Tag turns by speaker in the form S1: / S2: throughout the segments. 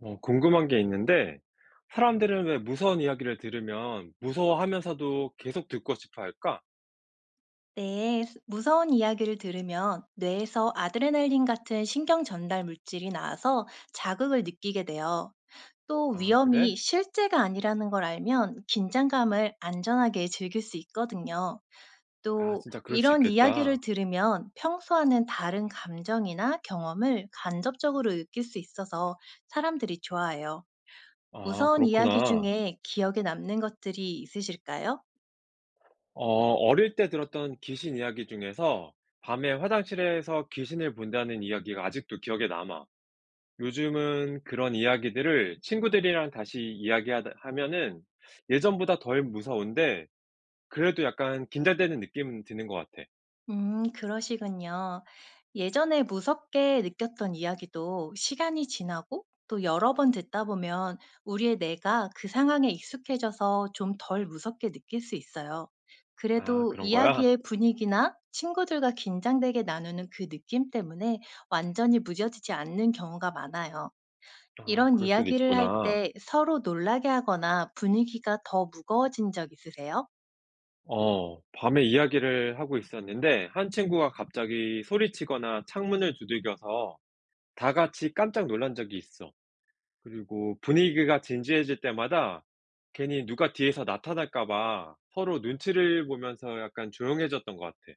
S1: 어, 궁금한 게 있는데, 사람들은 왜 무서운 이야기를 들으면 무서워하면서도 계속 듣고 싶어 할까?
S2: 네, 무서운 이야기를 들으면 뇌에서 아드레날린 같은 신경 전달 물질이 나와서 자극을 느끼게 돼요. 또
S1: 아, 그래?
S2: 위험이 실제가 아니라는 걸 알면 긴장감을 안전하게 즐길 수 있거든요.
S1: 아,
S2: 또
S1: 진짜 그럴 수
S2: 이런 이야기를
S1: 있겠다.
S2: 들으면 평소와는 다른 감정이나 경험을 간접적으로 느낄 수 있어서 사람들이 좋아해요.
S1: 아,
S2: 무서운 이야기
S1: 그렇구나.
S2: 중에 기억에 남는 것들이 있으실까요?
S1: 어, 어릴 때 들었던 귀신 이야기 중에서 밤에 화장실에서 귀신을 본다는 이야기가 아직도 기억에 남아. 요즘은 그런 이야기들을 친구들이랑 다시 이야기하면은 예전보다 덜 무서운데, 그래도 약간 긴장되는 느낌은 드는 것 같아.
S2: 그러시군요. 예전에 무섭게 느꼈던 이야기도 시간이 지나고 또 여러 번 듣다 보면 우리의 뇌가 그 상황에 익숙해져서 좀 덜 무섭게 느낄 수 있어요.
S1: 아,
S2: 그래도
S1: 그런 거야?
S2: 이야기의 분위기나 친구들과 긴장되게 나누는 그 느낌 때문에 완전히 무뎌지지 않는 경우가 많아요.
S1: 아,
S2: 이런
S1: 그럴 수도
S2: 이야기를 할
S1: 있구나.
S2: 때 서로 놀라게 하거나 분위기가 더 무거워진 적 있으세요?
S1: 어, 밤에 이야기를 하고 있었는데 한 친구가 갑자기 소리치거나 창문을 두들겨서 다 같이 깜짝 놀란 적이 있어. 그리고 분위기가 진지해질 때마다 괜히 누가 뒤에서 나타날까 봐 서로 눈치를 보면서 약간 조용해졌던 것 같아.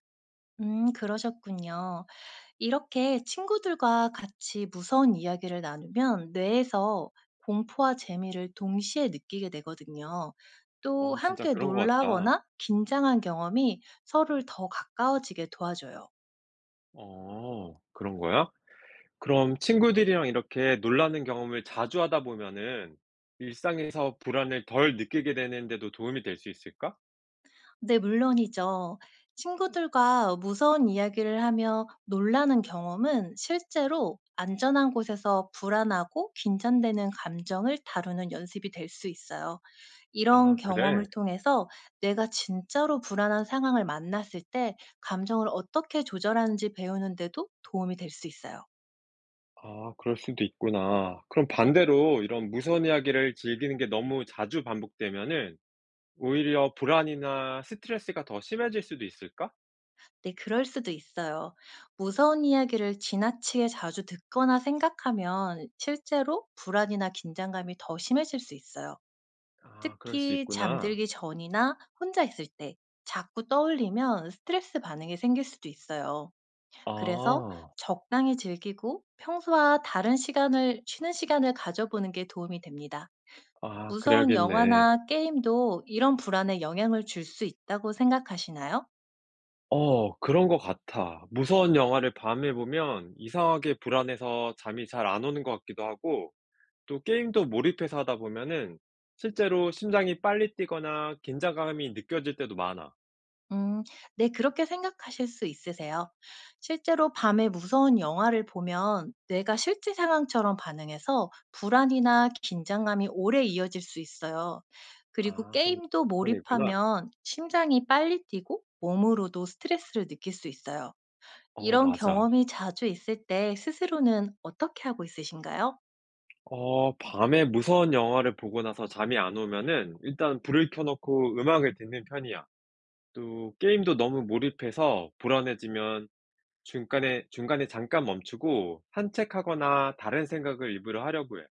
S2: 그러셨군요. 이렇게 친구들과 같이 무서운 이야기를 나누면 뇌에서 공포와 재미를 동시에 느끼게 되거든요. 또
S1: 어, 진짜
S2: 함께
S1: 그런 것 같다.
S2: 놀라거나 긴장한 경험이 서로를 더 가까워지게 도와줘요.
S1: 어, 그런 거야? 그럼 친구들이랑 이렇게 놀라는 경험을 자주 하다 보면은 일상에서 불안을 덜 느끼게 되는 데도 도움이 될 수 있을까?
S2: 네, 물론이죠. 친구들과 무서운 이야기를 하며 놀라는 경험은 실제로 안전한 곳에서 불안하고 긴장되는 감정을 다루는 연습이 될 수 있어요. 이런
S1: 아,
S2: 경험을
S1: 그래?
S2: 통해서 내가 진짜로 불안한 상황을 만났을 때 감정을 어떻게 조절하는지 배우는데도 도움이 될 수 있어요.
S1: 아, 그럴 수도 있구나. 그럼 반대로 이런 무서운 이야기를 즐기는 게 너무 자주 반복되면은 오히려 불안이나 스트레스가 더 심해질 수도 있을까?
S2: 네, 그럴 수도 있어요. 무서운 이야기를 지나치게 자주 듣거나 생각하면 실제로 불안이나 긴장감이 더 심해질 수 있어요.
S1: 아, 그럴 수
S2: 특히
S1: 있구나.
S2: 잠들기 전이나 혼자 있을 때 자꾸 떠올리면 스트레스 반응이 생길 수도 있어요. 그래서
S1: 아.
S2: 적당히 즐기고 평소와 다른 시간을 쉬는 시간을 가져보는 게 도움이 됩니다.
S1: 아,
S2: 무서운
S1: 그래야겠네.
S2: 영화나 게임도 이런 불안에 영향을 줄 수 있다고 생각하시나요?
S1: 어, 그런 것 같아. 무서운 영화를 밤에 보면 이상하게 불안해서 잠이 잘 안 오는 것 같기도 하고 또 게임도 몰입해서 하다 보면은 실제로 심장이 빨리 뛰거나 긴장감이 느껴질 때도 많아.
S2: 음, 네, 그렇게 생각하실 수 있으세요. 실제로 밤에 무서운 영화를 보면 뇌가 실제 상황처럼 반응해서 불안이나 긴장감이 오래 이어질 수 있어요. 그리고
S1: 아, 그런
S2: 게임도
S1: 상황이구나.
S2: 몰입하면 심장이 빨리 뛰고 몸으로도 스트레스를 느낄 수 있어요.
S1: 어,
S2: 이런
S1: 맞아.
S2: 경험이 자주 있을 때 스스로는 어떻게 하고 있으신가요?
S1: 어, 밤에 무서운 영화를 보고 나서 잠이 안 오면은 일단 불을 켜 놓고 음악을 듣는 편이야. 또 게임도 너무 몰입해서 불안해지면 중간에 잠깐 멈추고 산책하거나 다른 생각을 일부러 하려고 해요.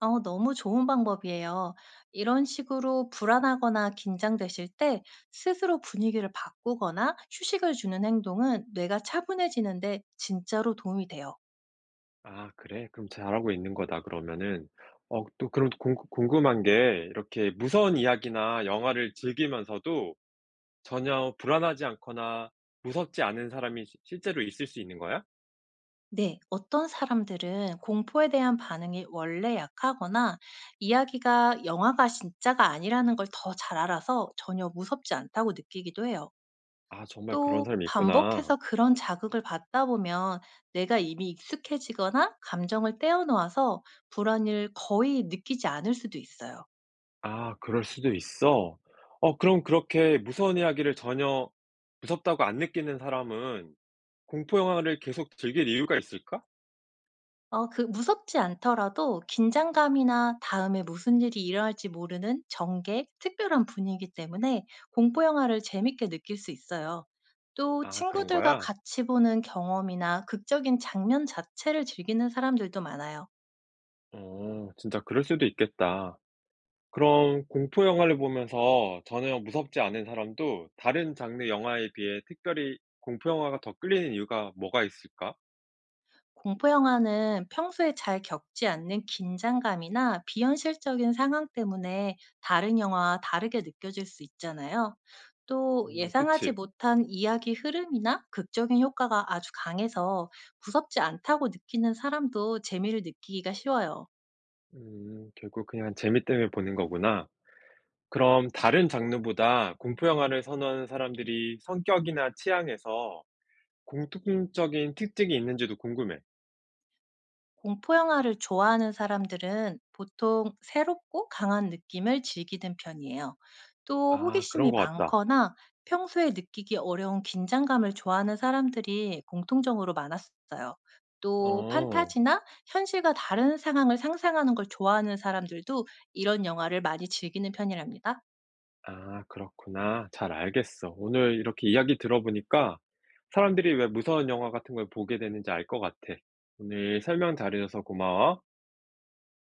S2: 어, 너무 좋은 방법이에요. 이런 식으로 불안하거나 긴장되실 때 스스로 분위기를 바꾸거나 휴식을 주는 행동은 뇌가 차분해지는데 진짜로 도움이 돼요.
S1: 아, 그래? 그럼 잘하고 있는 거다 그러면은. 어, 또 그럼 궁 궁금한 게 이렇게 무서운 이야기나 영화를 즐기면서도 전혀 불안하지 않거나 무섭지 않은 사람이 시 실제로 있을 수 있는 거야?
S2: 네, 어떤 사람들은 공포에 대한 반응이 원래 약하거나 이야기가 영화가 진짜가 아니라는 걸 더 잘 알아서 전혀 무섭지 않다고 느끼기도 해요.
S1: 아, 정말 그런
S2: 또
S1: 사람이 있구나.
S2: 반복해서 그런 자극을 받다 보면 내가 이미 익숙해지거나 감정을 떼어 놓아서 불안을 거의 느끼지 않을 수도 있어요.
S1: 아, 그럴 수도 있어? 어, 그럼 그렇게 무서운 이야기를 전혀 무섭다고 안 느끼는 사람은 공포 영화를 계속 즐길 이유가 있을까?
S2: 어, 그 무섭지 않더라도 긴장감이나 다음에 무슨 일이 일어날지 모르는 정계, 특별한 분위기 때문에 공포 영화를 재밌게 느낄 수 있어요. 또
S1: 아, 그런
S2: 친구들과
S1: 거야?
S2: 같이 보는 경험이나 극적인 장면 자체를 즐기는 사람들도 많아요.
S1: 어, 진짜 그럴 수도 있겠다. 그럼 공포 영화를 보면서 전혀 무섭지 않은 사람도 다른 장르 영화에 비해 특별히 공포 영화가 더 끌리는 이유가 뭐가 있을까?
S2: 공포 영화는 평소에 잘 겪지 않는 긴장감이나 비현실적인 상황 때문에 다른 영화와 다르게 느껴질 수 있잖아요. 또
S1: 음,
S2: 예상하지
S1: 그치.
S2: 못한 이야기 흐름이나 극적인 효과가 아주 강해서 무섭지 않다고 느끼는 사람도 재미를 느끼기가 쉬워요.
S1: 음, 결국 그냥 재미 때문에 보는 거구나. 그럼 다른 장르보다 공포 영화를 선호하는 사람들이 성격이나 취향에서 공통적인 특징이 있는지도 궁금해.
S2: 공포 영화를 좋아하는 사람들은 보통 새롭고 강한 느낌을 즐기는 편이에요. 또
S1: 아, 그런
S2: 호기심이
S1: 것 같다.
S2: 많거나 평소에 느끼기 어려운 긴장감을 좋아하는 사람들이 공통적으로 많았어요. 또
S1: 어.
S2: 판타지나 현실과 다른 상황을 상상하는 걸 좋아하는 사람들도 이런 영화를 많이 즐기는 편이랍니다.
S1: 아, 그렇구나. 잘 알겠어. 오늘 이렇게 이야기 들어보니까 사람들이 왜 무서운 영화 같은 걸 보게 되는지 알 것 같아. 오늘 설명 잘해줘서 고마워.